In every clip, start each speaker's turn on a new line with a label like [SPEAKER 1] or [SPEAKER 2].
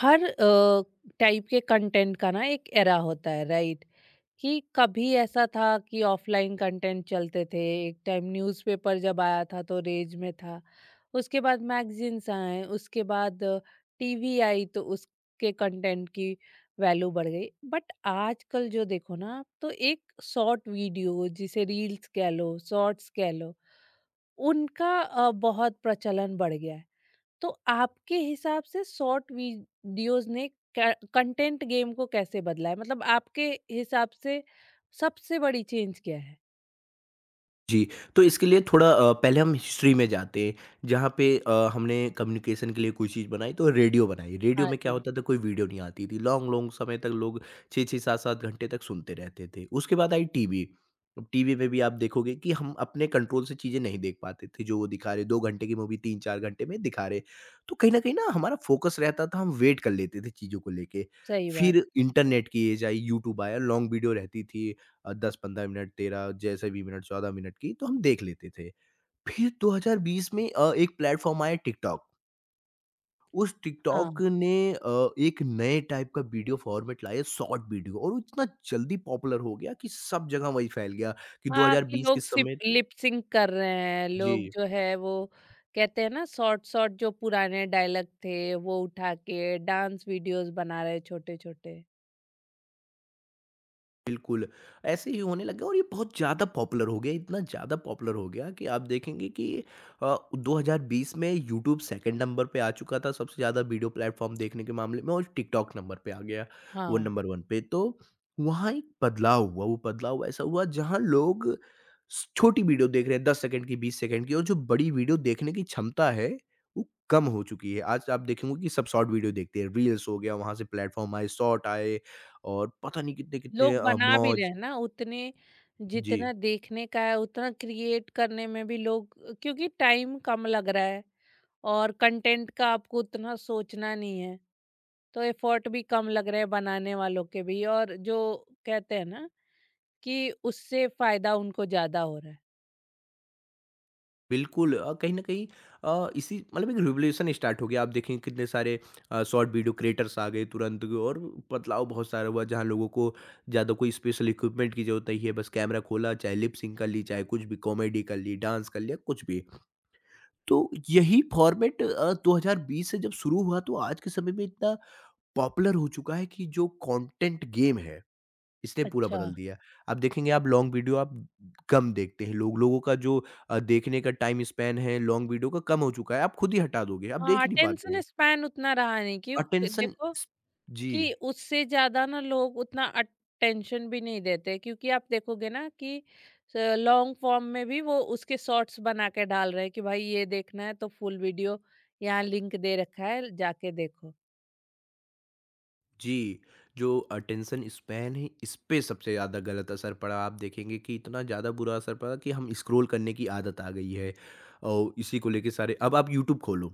[SPEAKER 1] हर type के content का ना एक एरा होता है राइट। कि कभी ऐसा था कि ऑफलाइन कंटेंट चलते थे। एक टाइम न्यूज़पेपर जब आया था तो रेज में था। उसके बाद मैगजीन्स आए, उसके बाद टीवी आई तो उसके कंटेंट की वैल्यू बढ़ गई। बट आजकल जो देखो ना आप, तो एक शॉर्ट वीडियो, जिसे रील्स कह लो शॉर्ट्स कह लो, उनका बहुत प्रचलन बढ़ गया है। तो आपके हिसाब से शॉर्ट वीडियोस ने कंटेंट गेम को कैसे बदला है? मतलब आपके हिसाब से सबसे बड़ी चेंज क्या है?
[SPEAKER 2] जी, तो इसके लिए थोड़ा पहले हम हिस्ट्री में जाते हैं, जहाँ पे हमने कम्युनिकेशन के लिए कोई चीज़ बनाई तो रेडियो बनाई। रेडियो
[SPEAKER 1] हाँ
[SPEAKER 2] में क्या
[SPEAKER 1] जी।
[SPEAKER 2] होता था कोई वीडियो नहीं आती थी, लॉन्ग-लॉन्ग समय तक लोग 6-6, 7-7 घंटे तक सुनते रहते थे। उसके बाद आई टीवी। अब टीवी में भी आप देखोगे कि हम अपने कंट्रोल से चीज़ें नहीं देख पाते थे, जो वो दिखा रहे 2 घंटे की मूवी 3-4 घंटे में दिखा रहे। तो कहीं न कहीं ना हमारा फ़ोकस रहता था, हम वेट कर लेते थे चीज़ों को लेके।
[SPEAKER 1] सही बात।
[SPEAKER 2] फिर इंटरनेट की एज आई, यूट्यूब आया, लॉन्ग वीडियो रहती थी। 10-15 मिनट, 13 जैसे भी मिनट, 14 मिनट की तो हम देख लेते थे। फिर 2020 में एक प्लेटफ़ॉर्म आया टिकटॉक। उस टिकटॉक
[SPEAKER 1] हाँ।
[SPEAKER 2] ने एक नए टाइप का वीडियो फ़ॉर्मेट लाया शॉर्ट वीडियो, और वो इतना जल्दी पॉपुलर हो गया कि सब जगह वही फैल गया कि
[SPEAKER 1] हाँ, कि
[SPEAKER 2] 2020 के
[SPEAKER 1] लोग सिप
[SPEAKER 2] समय त
[SPEAKER 1] लिप सिंक कर रहे हैं, लोग
[SPEAKER 2] जी।
[SPEAKER 1] जो है वो कहते हैं ना शॉर्ट-शॉर्ट जो पुराने डायलॉग थे वो उठा के डांस वीडियोस बना रहे हैं छोटे-छोटे।
[SPEAKER 2] बिल्कुल, ऐसे ही होने लगा और ये बहुत ज़्यादा पॉपुलर हो गया, इतना ज़्यादा पॉपुलर हो गया कि आप देखेंगे कि 2020 में यूट्यूब सेकंड नंबर पे आ चुका था सबसे ज़्यादा वीडियो प्लेटफ़ॉर्म देखने के मामले में और टिकटॉक नंबर पे आ गया, वो
[SPEAKER 1] हाँ।
[SPEAKER 2] नंबर 1 पे। तो वहाँ एक बदलाव हुआ, वो बदलाव ऐसा हुआ जहाँ लोग स छोटी वीडियो देख रहे हैं 10 सेकंड की, 20 सेकंड की, और जो बड़ी वीडियो देखने की क्षमता है, वो कम हो चुकी है। आज आप देखेंगे कि सब शॉर्ट वीडियो देखते हैं, रील्स हो गया, वहाँ से प्लेटफ़ॉर्म आए, शॉर्ट आए और पता नहीं कितने-कितने
[SPEAKER 1] लोग बना भी रहे
[SPEAKER 2] मौज
[SPEAKER 1] हैं ना उतने
[SPEAKER 2] जी,
[SPEAKER 1] जितना देखने का है उतना क्रिएट करने में भी लोग। क्योंकि टाइम कम लग रहा है और कंटेंट का आपको उतना सोचना नहीं है तो एफर्ट भी कम लग रहे हैं बनाने वालों के भी। और जो कहते हैं ना कि उससे फायदा उनको ज्यादा हो रहा है।
[SPEAKER 2] बिल्कुल कहीं न कहीं इसी मतलब एक रिवोल्यूशन स्टार्ट हो गया। आप देखेंगे कितने सारे शॉर्ट वीडियो क्रिएटर्स आ गए तुरंत, और बदलाव बहुत सारा हुआ जहाँ लोगों को ज़्यादा कोई स्पेशल इक्विपमेंट की ज़रूरत नहीं है। बस कैमरा खोला, चाहे लिप सिंक कर ली, चाहे कुछ भी कॉमेडी कर ली, डांस कर लिया, कुछ भी। तो यही फॉर्मेट 2020 से जब शुरू हुआ तो आज के समय में इतना पॉपुलर हो चुका है कि जो कंटेंट गेम है इसने पूरा
[SPEAKER 1] अच्छा।
[SPEAKER 2] बदल दिया है। आप देखेंगे आप लॉन्ग वीडियो आप कम देखते हैं, लोग लोगों का जो देखने का टाइम स्पैन है लॉन्ग वीडियो का कम हो चुका है। आप खुद ही हटा दोगे, आप
[SPEAKER 1] हाँ,
[SPEAKER 2] देख ही नहीं
[SPEAKER 1] अटेंशन
[SPEAKER 2] पाते।
[SPEAKER 1] स्पैन उतना रहा नहीं कि
[SPEAKER 2] अटेंशन
[SPEAKER 1] देखो
[SPEAKER 2] स जी,
[SPEAKER 1] कि उससे ज़्यादा ना लोग उतना अटेंशन भी नहीं देते, क्योंकि आप देखोगे ना कि लॉन्ग फॉर्म में भी वो उसके शॉर्ट्स बना के डाल रहे हैं कि भाई ये देखना है तो फुल वीडियो यहाँ लिंक दे रखा है जाके देखो।
[SPEAKER 2] जी। जो अटेंशन स्पैन है इस पे सबसे ज़्यादा गलत असर पड़ा। आप देखेंगे कि इतना ज़्यादा बुरा असर पड़ा कि हम स्क्रॉल करने की आदत आ गई है, और इसी को लेके सारे अब आप यूट्यूब खोलो।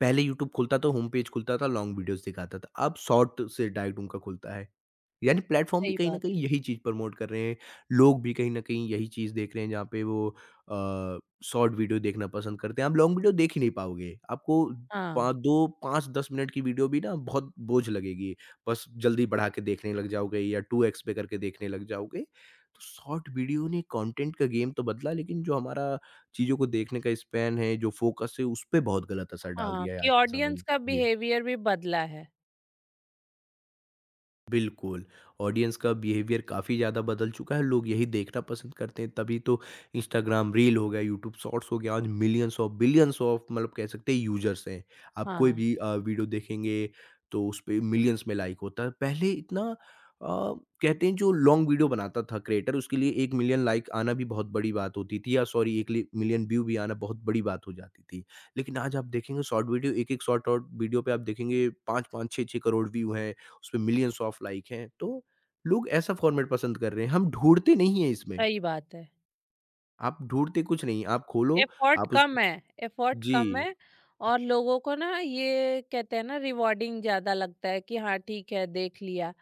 [SPEAKER 2] पहले यूट्यूब खुलता तो होम पेज खुलता था, लॉन्ग वीडियोज़ दिखाता था। अब शॉर्ट से डायरेक्ट उनका खुलता है। यानी प्लेटफ़ॉर्म भी
[SPEAKER 1] सही
[SPEAKER 2] कहीं न
[SPEAKER 1] बात
[SPEAKER 2] कहीं
[SPEAKER 1] है।
[SPEAKER 2] यही चीज़ प्रमोट कर रहे हैं। लोग भी कहीं न कहीं यही चीज़ देख रहे हैं जहाँ पे वो शॉर्ट वीडियो देखना पसंद करते हैं। आप लॉन्ग वीडियो देख ही नहीं पाओगे। आपको पा
[SPEAKER 1] हाँ।
[SPEAKER 2] 2 5-10 मिनट की वीडियो भी ना बहुत बोझ लगेगी। बस जल्दी बढ़ा के देखने लग जाओगे या 2x पे करके देखने लग जाओगे। तो शॉर्ट वीडियो ने कंटेंट का गेम तो बदला लेकिन जो हमारा चीज़ों को देखने का स्पैन है, जो फ़ोकस है, उस पे बहुत गलत असर डाल
[SPEAKER 1] हाँ
[SPEAKER 2] दिया है
[SPEAKER 1] कि
[SPEAKER 2] आज के समय
[SPEAKER 1] ऑडियंस
[SPEAKER 2] में।
[SPEAKER 1] का
[SPEAKER 2] जी।
[SPEAKER 1] बिहेवियर भी बदला है।
[SPEAKER 2] बिल्कुल, ऑडियंस का बिहेवियर काफ़ी ज़्यादा बदल चुका है, लोग यही देखना पसंद करते हैं, तभी तो इंस्टाग्राम रील हो गया, यूट्यूब शॉर्ट्स हो गया, आज मिलियंस ऑफ बिलियंस ऑफ मतलब कह सकते हैं यूज़र्स हैं। आप कोई
[SPEAKER 1] हाँ।
[SPEAKER 2] भी वीडियो देखेंगे तो उस पे मिलियंस में लाइक होता है। पहले इतना अ, कहते हैं जो लॉन्ग वीडियो बनाता था क्रिएटर उसके लिए 1 मिलियन लाइक आना भी बहुत बड़ी बात होती थी, या सॉरी 1 लि मिलियन व्यू भी आना बहुत बड़ी बात हो जाती थी। लेकिन आज आप देखेंगे शॉर्ट वीडियो, एक-एक शॉर्ट, शॉर्ट वीडियो पे आप देखेंगे 5-5, 6-6 करोड़ व्यू हैं। उस पे मिलियंस ऑफ लाइक हैं, तो लोग ऐसा फॉर्मेट पसंद कर रहे हैं, हम ढूँढते नहीं हैं इसमें,
[SPEAKER 1] सही बात है।
[SPEAKER 2] आप ढूँढते कुछ नहीं, आप खोलो,
[SPEAKER 1] एफर्ट
[SPEAKER 2] आप उसको
[SPEAKER 1] कम है। एफर्ट कम
[SPEAKER 2] जी।
[SPEAKER 1] है। और लोगों को ना ये कहते हैं ना रिवॉर्डिंग ज्यादा लगता है कि हाँ ठीक है देख लिया।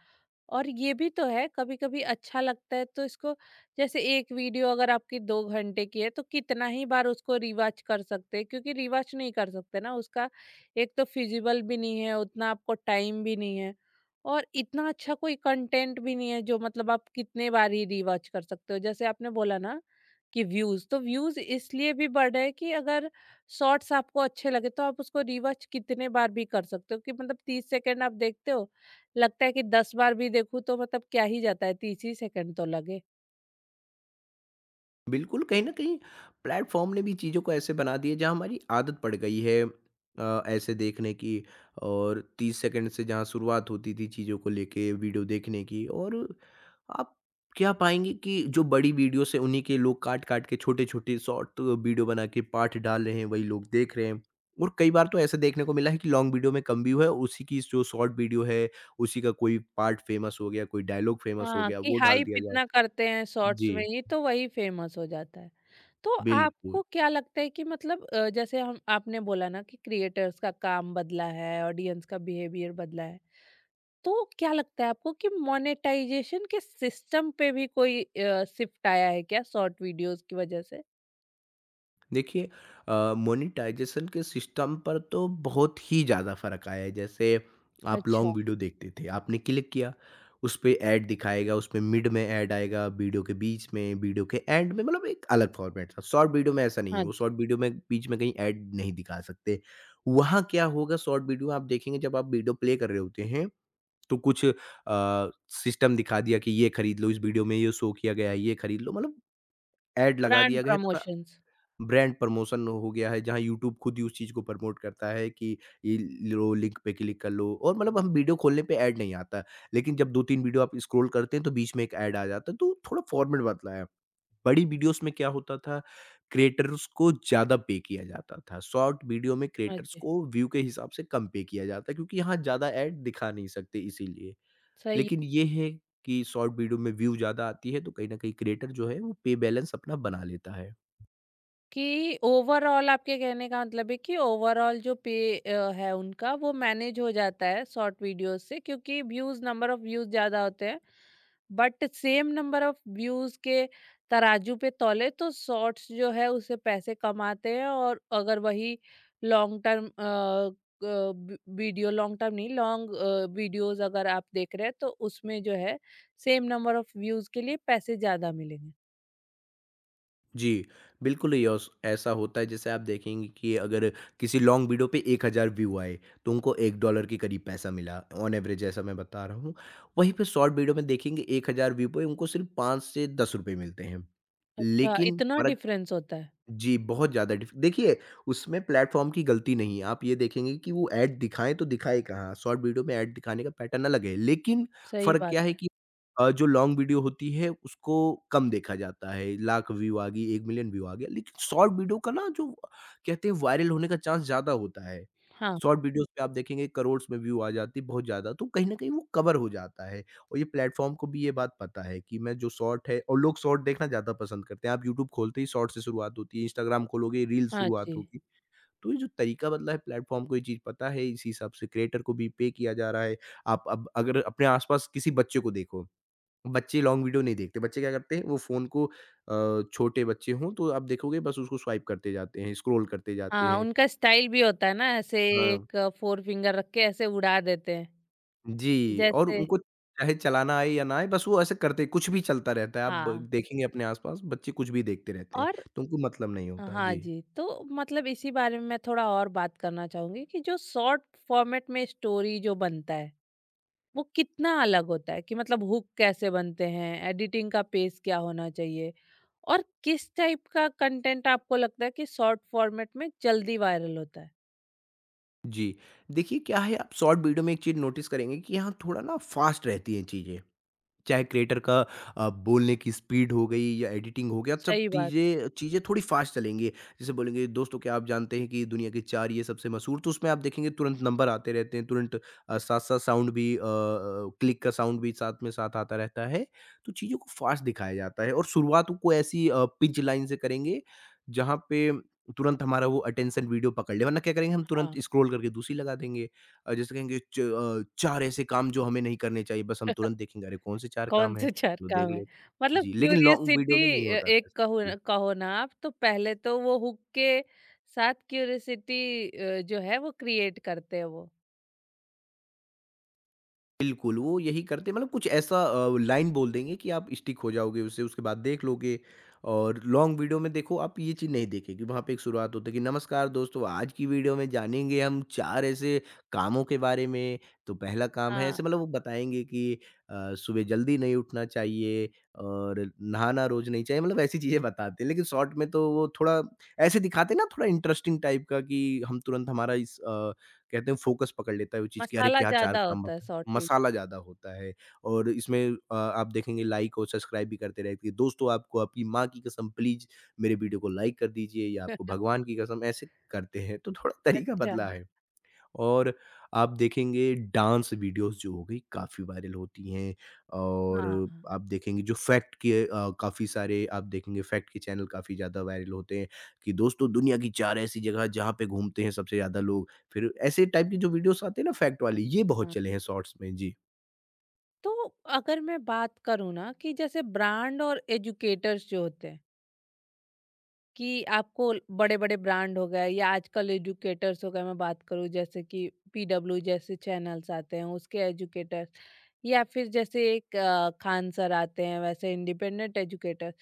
[SPEAKER 1] और ये भी तो है कभी-कभी अच्छा लगता है तो इसको जैसे एक वीडियो अगर आपकी 2 घंटे की है तो कितना ही बार उसको रिवॉच कर सकते हैं, क्योंकि रिवॉच नहीं कर सकते ना उसका। एक तो फिजिबल भी नहीं है, उतना आपको टाइम भी नहीं है और इतना अच्छा कोई कंटेंट भी नहीं है जो मतलब आप कितने बार ही रिवॉच कर सकते हो। जैसे आपने बोला ना कि व्यूज तो व्यूज इसलिए भी बढ़ रहे हैं कि अगर शॉर्ट्स आपको अच्छे लगे तो आप उसको रिवॉच कितने बार भी कर सकते हो कि मतलब 30 सेकंड आप देखते हो, लगता है कि 10 बार भी देखूं तो मतलब क्या ही जाता है, 30 ही सेकंड तो लगे।
[SPEAKER 2] बिल्कुल, कहीं न कहीं प्लेटफ़ॉर्म ने भी चीज़ों को ऐसे बना दिया जहाँ हमारी आदत पड़ गई है ऐसे देखने की, और 30 सेकंड से जहाँ शुरुआत होती थी चीज़ों को लेके वीडियो देखने की, और आप क्या पाएँगे कि जो बड़ी वीडियोस है उन्हीं के लोग काट-काट के छोटे-छोटे शॉर्ट वीडियो बना के पार्ट डाल रहे हैं, वही लोग देख रहे हैं। और कई बार तो ऐसा देखने को मिला है कि लॉन्ग वीडियो में कम व्यू है, और उसी की जो शॉर्ट वीडियो है, उसी का कोई पार्ट फ़ेमस हो गया, कोई डायलॉग फ़ेमस हो
[SPEAKER 1] हाँ
[SPEAKER 2] गया,
[SPEAKER 1] कि
[SPEAKER 2] वो डाल
[SPEAKER 1] हाइप
[SPEAKER 2] दिया जाता
[SPEAKER 1] इतना करते हैं शॉर्ट्स में
[SPEAKER 2] जी,
[SPEAKER 1] ही तो वही फेमस हो जाता है। तो
[SPEAKER 2] बिल्कुल।
[SPEAKER 1] आपको क्या लगता है कि मतलब जैसे हम आपने बोला ना कि क्रिएटर्स का काम बदला है, ऑडियंस का बिहेवियर बदला है, तो क्या लगता है आपको कि मोनेटाइजेशन के सिस्टम पे भी कोई शिफ्ट आया है क्या शॉर्ट वीडियोस की वजह से?
[SPEAKER 2] देखिए मोनेटाइज़ेशन के सिस्टम पर तो बहुत ही ज़्यादा फ़र्क आया है। जैसे आप
[SPEAKER 1] अच्छा।
[SPEAKER 2] लॉन्ग वीडियो देखते थे, आपने क्लिक किया, उस पे ऐड दिखाएगा, उसमें मिड में ऐड आएगा, वीडियो के बीच में, वीडियो के एंड में, मतलब एक अलग फ़ॉर्मेट था। शॉर्ट वीडियो में ऐसा नहीं है,
[SPEAKER 1] हाँ
[SPEAKER 2] वो शॉर्ट
[SPEAKER 1] जी।
[SPEAKER 2] वीडियो में बीच में कहीं ऐड नहीं दिखा सकते। वहाँ क्या होगा शॉर्ट वीडियो आप देखेंगे जब आप वीडियो प्ले कर रहे होते हैं, तो कुछ सिस्टम दिखा दिया कि ये खरीद लो, इस वीडियो में ये शो किया गया है, ये खरीद लो, मतलब ऐड लगा
[SPEAKER 1] ब्रांड
[SPEAKER 2] दिया गया है। थोड़ा
[SPEAKER 1] प्रमोशंस।
[SPEAKER 2] ब्रांड प्रमोशन हो गया है जहाँ यूट्यूब खुद ही उस चीज़ को प्रमोट करता है कि ये लो लिंक पे क्लिक कर लो, और मतलब हम वीडियो खोलने पे ऐड नहीं आता, लेकिन जब 2-3 वीडियो आप स्क्रॉल करते हैं तो बीच में एक ऐड आ जाता है, तो थोड़ा फॉर्मेट बदला है। बड़ी वीडियोस में क्या होता था क्रिएटर्स को ज़्यादा पे किया जाता था। शॉर्ट वीडियो में
[SPEAKER 1] हाँ
[SPEAKER 2] क्रिएटर्स
[SPEAKER 1] जी।
[SPEAKER 2] को व्यू के हिसाब से कम पे किया जाता है, क्योंकि यहाँ ज़्यादा ऐड दिखा नहीं सकते इसीलिए।
[SPEAKER 1] सही।
[SPEAKER 2] लेकिन ये है कि शॉर्ट वीडियो में व्यू ज़्यादा आती है तो कहीं न कहीं क्रिएटर जो है वो पे बैलेंस अपना बना लेता है।
[SPEAKER 1] कि ओवरऑल आपके कहने का मतलब है कि ओवरऑल जो पे है उनका वो मैनेज हो जाता है शॉर्ट वीडियोस से, क्योंकि व्यूज़ नंबर ऑफ व्यूज़ ज़्यादा होते हैं। But same number of views के तराजू पे तौले तो शॉर्ट्स जो है उससे पैसे कम आते हैं। और अगर वही long term video, long term नहीं लॉन्ग वीडियोस अगर आप देख रहे हैं तो उसमें जो है सेम नंबर ऑफ व्यूज के लिए पैसे ज्यादा मिलेंगे।
[SPEAKER 2] जी, बिल्कुल ये औस ऐसा होता है, जैसे आप देखेंगे कि अगर किसी लॉन्ग वीडियो पे 1000 व्यू आए, तो उनको $1 के करीब पैसा मिला ऑन एवरेज, ऐसा मैं बता रहा हूँ। वहीं पे शॉर्ट वीडियो में देखेंगे 1000 व्यू पे उनको सिर्फ़ 5 से ₹10 मिलते हैं।
[SPEAKER 1] अच्छा,
[SPEAKER 2] लेकिन
[SPEAKER 1] इतना
[SPEAKER 2] फ़र्क
[SPEAKER 1] डिफरेंस होता है।
[SPEAKER 2] जी, बहुत ज़्यादा डिफ देखिए, उसमें प्लेटफ़ॉर्म की गलती नहीं है, आप ये देखेंगे कि वो ऐड दिखाएँ तो दिखाए कहाँ? शॉर्ट वीडियो में ऐड दिखाने का पैटर्न अलग है, लेकिन
[SPEAKER 1] सही
[SPEAKER 2] फ़र्क
[SPEAKER 1] बात
[SPEAKER 2] क्या है
[SPEAKER 1] है।
[SPEAKER 2] कि जो लॉन्ग वीडियो होती है उसको कम देखा जाता है, लाख व्यू आ गई, 1 मिलियन व्यू आ गया, लेकिन शॉर्ट वीडियो का ना जो कहते हैं वायरल होने का चांस ज़्यादा होता है।
[SPEAKER 1] हाँ।
[SPEAKER 2] शॉर्ट वीडियोज़ पे आप देखेंगे करोड़स में व्यू आ जाती है बहुत ज़्यादा, तो कहीं न कहीं वो कवर हो जाता है। और ये प्लेटफ़ॉर्म को भी ये बात पता है कि मैं जो शॉर्ट है और लोग शॉर्ट देखना ज़्यादा पसंद करते हैं। आप यूट्यूब खोलते ही शॉर्ट से शुरुआत होती है, इंस्टाग्राम खोलोगे रील
[SPEAKER 1] हाँ
[SPEAKER 2] शुरुआत
[SPEAKER 1] जी।
[SPEAKER 2] होगी। तो ये जो तरीका बदला है प्लेटफ़ॉर्म को ये चीज़ पता है, इसी हिसाब से क्रिएटर को भी पे किया जा रहा है। आप अब अगर अपने आस-पास किसी बच्चे को देखो, बच्चे लॉन्ग वीडियो नहीं देखते, बच्चे क्या करते हैं वो फ़ोन को छोटे बच्चे हों तो आप देखोगे बस उसको स्वाइप करते जाते हैं, स्क्रॉल करते जाते
[SPEAKER 1] हाँ,
[SPEAKER 2] हैं।
[SPEAKER 1] उनका स्टाइल भी होता है ना ऐसे
[SPEAKER 2] हाँ।
[SPEAKER 1] एक फोर फिंगर रख के ऐसे उड़ा देते हैं।
[SPEAKER 2] जी, और
[SPEAKER 1] जैसे।
[SPEAKER 2] उनको चाहे चलाना आए या ना आए, बस वो ऐसे करते कुछ भी चलता रहता है। आप ब
[SPEAKER 1] हाँ।
[SPEAKER 2] देखेंगे अपने आस-पास बच्चे कुछ भी देखते रहते हैं,
[SPEAKER 1] और।
[SPEAKER 2] तो उनको मतलब नहीं होता।
[SPEAKER 1] हाँ
[SPEAKER 2] जी,
[SPEAKER 1] जी, तो मतलब इसी बारे में मैं थोड़ा और बात करना चाहूंगी कि जो शॉर्ट फॉर्मेट में स्टोरी जो बनता है वो कितना अलग होता है कि मतलब हुक कैसे बनते हैं, एडिटिंग का पेस क्या होना चाहिए, और किस टाइप का कंटेंट आपको लगता है कि शॉर्ट फॉर्मेट में जल्दी वायरल होता है।
[SPEAKER 2] जी। देखिए क्या है आप शॉर्ट वीडियो में एक चीज़ नोटिस करेंगे कि यहाँ थोड़ा ना फ़ास्ट रहती हैं चीज़ें। चाहे क्रिएटर का बोलने की स्पीड हो गई या एडिटिंग हो गया, सब
[SPEAKER 1] सही बात है।
[SPEAKER 2] चीज़ें चीज़ें थोड़ी फास्ट चलेंगी। जैसे बोलेंगे दोस्तों क्या आप जानते हैं कि दुनिया के चार ये सबसे मशहूर, तो उसमें आप देखेंगे तुरंत नंबर आते रहते हैं, तुरंत साथ साथ साउंड भी क्लिक का साउंड भी साथ में साथ आता रहता है। तो चीज़ों को फास्ट दिखाया जाता है और शुरुआत को ऐसी पिंच लाइन से करेंगे जहाँ पे तुरंत हमारा वो अटेंशन वीडियो पकड़ ले, वरना क्या करेंगे हम
[SPEAKER 1] हाँ,
[SPEAKER 2] तुरंत स्क्रॉल करके दूसरी लगा देंगे। जैसे कहेंगे 4 ऐसे काम जो हमें नहीं करने चाहिए, बस हम तुरंत देखेंगे अरे कौन से 4
[SPEAKER 1] कौन
[SPEAKER 2] काम हैं?
[SPEAKER 1] से चार
[SPEAKER 2] चलो देख
[SPEAKER 1] काम है,
[SPEAKER 2] लेते।
[SPEAKER 1] मतलब
[SPEAKER 2] जी, लेकिन लॉन्ग
[SPEAKER 1] क्यूरियसिटी।
[SPEAKER 2] वीडियो में नहीं होता था ऐसा। जी।
[SPEAKER 1] कहो ना आप तो पहले तो वो हुक के साथ क्यूरियसिटी जो है वो क्रिएट करते हैं वो।
[SPEAKER 2] बिल्कुल, वो यही करते हैं मतलब कुछ ऐसा लाइन बोल देंगे कि आप स्टिक हो जाओगे उससे, उसके बाद देख लोगे। और लॉन्ग वीडियो में देखो आप ये चीज़ नहीं देखेंगे। वहाँ पे एक शुरुआत होती है कि नमस्कार दोस्तों, आज की वीडियो में जानेंगे हम 4 ऐसे कामों के बारे में। तो पहला काम है
[SPEAKER 1] हाँ।
[SPEAKER 2] ऐसे, मतलब वो बताएँगे कि सुबह जल्दी नहीं उठना चाहिए और नहाना रोज़ नहीं चाहिए, मतलब ऐसी चीज़ें बताते हैं। लेकिन शॉर्ट में तो वो थोड़ा ऐसे दिखाते हैं ना, थोड़ा इंटरेस्टिंग टाइप का कि हम तुरंत हमारा इस कहते हैं फोकस पकड़ लेता है वो चीज़ कि अरे
[SPEAKER 1] मसाला
[SPEAKER 2] क्या 4
[SPEAKER 1] ज़्यादा
[SPEAKER 2] काम
[SPEAKER 1] होता है
[SPEAKER 2] बता।
[SPEAKER 1] Short
[SPEAKER 2] masala
[SPEAKER 1] video.
[SPEAKER 2] ज़्यादा होता है। और इसमें आप देखेंगे लाइक और सब्सक्राइब भी करते रहते हैं। दोस्तों, आपको आपकी माँ की कसम प्लीज़ मेरे वीडियो को लाइक कर दीजिए, या आपको भगवान की कसम, ऐसे करते हैं। तो थोड़ा तरीका
[SPEAKER 1] अच्छा।
[SPEAKER 2] बदला है। और आप देखेंगे डांस वीडियोज़ जो हो गई, काफ़ी वायरल होती हैं। और
[SPEAKER 1] हाँ।
[SPEAKER 2] आप देखेंगे जो फैक्ट के काफ़ी सारे आप देखेंगे फैक्ट के चैनल काफ़ी ज़्यादा वायरल होते हैं। कि दोस्तों, दुनिया की 4 ऐसी जगह जहाँ पे घूमते हैं सबसे ज़्यादा लोग। फिर ऐसे टाइप की जो वीडियोज़ आते हैं ना, फैक्ट वाली, ये बहुत
[SPEAKER 1] हाँ,
[SPEAKER 2] चले हैं शॉर्ट्स में। जी।
[SPEAKER 1] तो अगर मैं बात करूँ ना कि जैसे ब्रांड और एजुकेटर्स जो होते हैं कि आपको बड़े बड़े ब्रांड हो गए या आजकल एजुकेटर्स हो गए, मैं बात करूँ जैसे कि पीडब्ल्यू जैसे चैनल्स आते हैं उसके एजुकेटर्स या फिर जैसे एक खान सर आते हैं वैसे इंडिपेंडेंट एजुकेटर्स,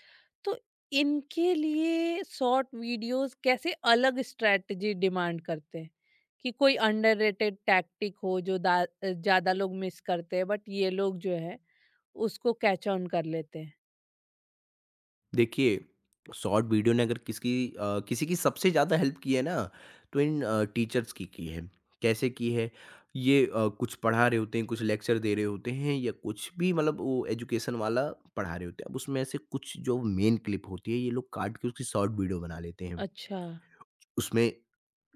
[SPEAKER 1] तो इनके लिए शॉर्ट वीडियोस कैसे अलग स्ट्रेटजी डिमांड करते हैं, कि कोई अंडररेटेड टैक्टिक हो जो ज्यादा लोग मिस करते हैं बट ये लोग जो है उसको कैच ऑन कर लेते हैं।
[SPEAKER 2] देखिए, शॉर्ट वीडियो ने अगर किसकी किसी की सबसे ज़्यादा हेल्प की है ना, तो इन टीचर्स की है। कैसे की है? ये कुछ पढ़ा रहे होते हैं, कुछ लेक्चर दे रहे होते हैं या कुछ भी, मतलब वो एजुकेशन वाला पढ़ा रहे होते हैं। अब उसमें से कुछ जो मेन क्लिप होती है, ये लोग काट के उसकी शॉर्ट वीडियो बना लेते हैं।
[SPEAKER 1] अच्छा।
[SPEAKER 2] उसमें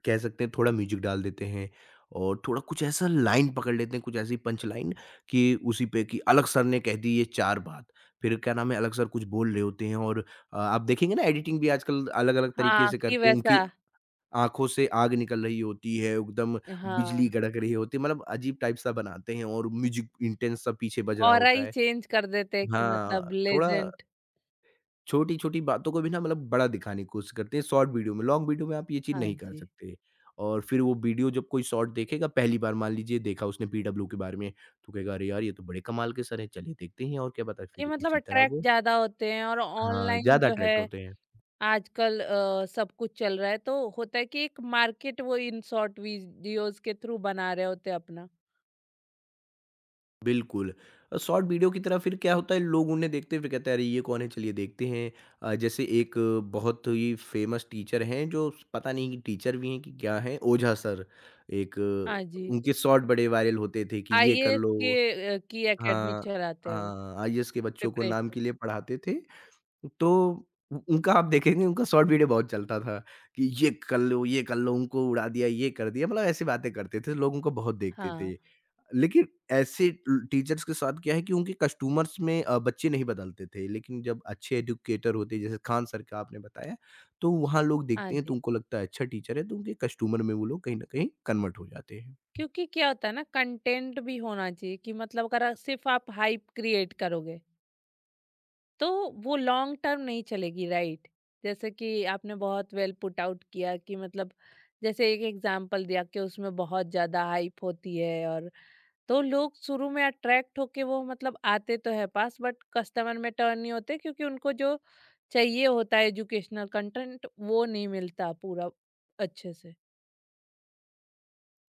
[SPEAKER 2] कह सकते हैं थोड़ा म्यूजिक डाल देते हैं और थोड़ा कुछ ऐसा लाइन पकड़ लेते हैं, कुछ ऐसी पंच लाइन कि उसी पे, कि अलग सर ने कह दी ये 4 बात। फिर क्या नाम है, अलग सर कुछ बोल रहे होते हैं और आप देखेंगे ना, एडिटिंग भी आजकल अलग-अलग तरीके
[SPEAKER 1] हाँ
[SPEAKER 2] से
[SPEAKER 1] कि
[SPEAKER 2] करते हैं। उनकी
[SPEAKER 1] वैसा।
[SPEAKER 2] आँखों से आग निकल रही होती है, एकदम
[SPEAKER 1] हाँ।
[SPEAKER 2] बिजली कड़क रही होती है, मतलब अजीब टाइप सा बनाते हैं और म्यूजिक इंटेंस सा पीछे बज रहा
[SPEAKER 1] ऑरा
[SPEAKER 2] होता
[SPEAKER 1] ही
[SPEAKER 2] है।
[SPEAKER 1] चेंज कर देते हैं कि मतलब
[SPEAKER 2] हाँ, थोड़ा
[SPEAKER 1] लेजेंट।
[SPEAKER 2] छोटी-छोटी बातों को भी ना, मतलब बड़ा दिखाने की कोशिश करते हैं शॉर्ट वीडियो में। लॉन्ग वीडियो में आप ये चीज़
[SPEAKER 1] हाँ
[SPEAKER 2] नहीं कर
[SPEAKER 1] जी।
[SPEAKER 2] सकते। और फिर वो वीडियो जब कोई शॉर्ट देखेगा, पहली बार मान लीजिए देखा उसने पीडब्ल्यू के बारे में, तो कहेगा अरे यार! ये तो बड़े कमाल के सर हैं, चलिए देखते हैं और क्या पता है
[SPEAKER 1] कि
[SPEAKER 2] फिर
[SPEAKER 1] मतलब
[SPEAKER 2] उसी तरह
[SPEAKER 1] अट्रैक्ट
[SPEAKER 2] वो।
[SPEAKER 1] ज्यादा होते हैं और
[SPEAKER 2] हाँ,
[SPEAKER 1] ऑनलाइन
[SPEAKER 2] ज़्यादा
[SPEAKER 1] जो है
[SPEAKER 2] अट्रैक्ट होते हैं।
[SPEAKER 1] आजकल सब कुछ चल रहा है तो होता है कि एक मार्केट वो इन शॉर्ट वीडियोस के थ्रू बना रहे होते हैं अपना।
[SPEAKER 2] बिल्कुल। शॉर्ट वीडियो की तरह फिर क्या होता है, लोग उन्हें देखते हैं, फिर कहते हैं अरे ये कौन है, चलिए देखते हैं। जैसे एक बहुत ही फ़ेमस टीचर हैं, जो पता नहीं कि टीचर भी हैं कि क्या हैं, ओझा सर। एक
[SPEAKER 1] हाँ जी।
[SPEAKER 2] उनके शॉर्ट बड़े वायरल होते थे कि ये कर
[SPEAKER 1] आईएएस
[SPEAKER 2] लो।
[SPEAKER 1] के की एकेडमी
[SPEAKER 2] हाँ,
[SPEAKER 1] चलाते हैं वो।
[SPEAKER 2] हाँ आईएएस के बच्चों को नाम के
[SPEAKER 1] प्रिपरेशन।
[SPEAKER 2] लिए पढ़ाते थे। तो उ उनका आप देखेंगे उनका शॉर्ट वीडियो बहुत चलता था कि ये कर लो, उनको उड़ा दिया, ये कर दिया, मतलब ऐसी बातें करते थे, लोग उनको बहुत देखते
[SPEAKER 1] हाँ।
[SPEAKER 2] थे। लेकिन ऐसे टीचर्स के साथ क्या है कि उनके कस्टमर्स में बच्चे नहीं बदलते थे। लेकिन जब अच्छे एजुकेटर होते हैं, जैसे खान सर का आपने बताया, तो वहाँ लोग
[SPEAKER 1] हाँ
[SPEAKER 2] देखते हैं तो
[SPEAKER 1] जी।
[SPEAKER 2] उनको लगता है अच्छा टीचर है, तो उनके कस्टमर में वो लोग कहीं न कहीं कन्वर्ट हो जाते हैं।
[SPEAKER 1] क्योंकि क्या होता है ना कंटेंट भी होना चाहिए कि मतलब अगर आप- सिर्फ आप हाइप क्रिएट करोगे तो वो लॉन्ग टर्म नहीं चलेगी, राइट। जैसे कि आपने बहुत वेल पुट आउट किया कि मतलब जैसे एक एग्जांपल दिया कि उसमें बहुत ज़्यादा हाइप होती है, और तो लोग शुरू में अट्रैक्ट होके वो मतलब आते तो है पास, बट कस्टमर में टर्न नहीं होते क्योंकि उनको जो चाहिए होता है एजुकेशनल कंटेंट वो नहीं मिलता पूरा अच्छे से।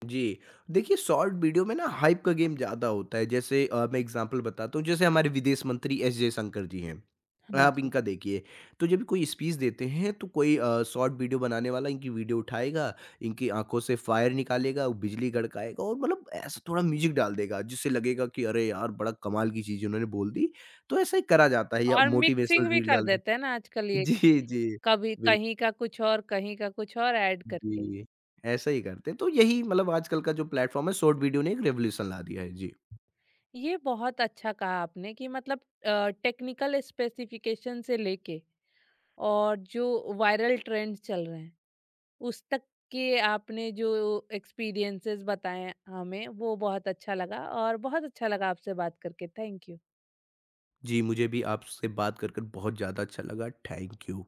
[SPEAKER 2] जी। देखिए, शॉर्ट वीडियो में ना हाइप का गेम ज़्यादा होता है। जैसे मैं एग्ज़ाम्पल बताता हूँ, जैसे हमारे विदेश मंत्री एस जयशंकर जी हैं।
[SPEAKER 1] हाँ
[SPEAKER 2] आप
[SPEAKER 1] जी।
[SPEAKER 2] इनका देखिए, तो जब भी कोई स्पीच देते हैं तो कोई शॉर्ट वीडियो बनाने वाला इनकी वीडियो उठाएगा, इनकी आँखों से फायर निकालेगा, वो बिजली गड़काएगा और मतलब ऐसा थोड़ा म्यूज़िक डाल देगा, जिससे लगेगा कि अरे यार! बड़ा कमाल की चीज़ उन्होंने बोल दी। तो ऐसा ही करा जाता है, या
[SPEAKER 1] और
[SPEAKER 2] मोटिवेशनल
[SPEAKER 1] मिक्सिंग भी
[SPEAKER 2] रील
[SPEAKER 1] कर
[SPEAKER 2] डाल दें।
[SPEAKER 1] देते हैं ना आजकल ये कि
[SPEAKER 2] जी, जी।
[SPEAKER 1] कभी
[SPEAKER 2] बिल्कुल।
[SPEAKER 1] कहीं का कुछ और कहीं का कुछ और ऐड करके।
[SPEAKER 2] जी, ऐसा ही करते हैं। तो यही मतलब आजकल का जो प्लेटफ़ॉर्म है, शॉर्ट वीडियो ने एक रिवॉल्यूशन ला दिया है। जी।
[SPEAKER 1] ये बहुत अच्छा कहा आपने कि मतलब टेक्निकल स्पेसिफिकेशन से लेके और जो वायरल ट्रेंड्स चल रहे हैं, उस तक के आपने जो एक्सपीरियंसेस बताएं हमें वो बहुत अच्छा लगा। और बहुत अच्छा लगा आपसे बात करके, थैंक यू
[SPEAKER 2] जी, मुझे भी आपसे बात कर बहुत ज़्यादा अच्छा लगा। Thank you.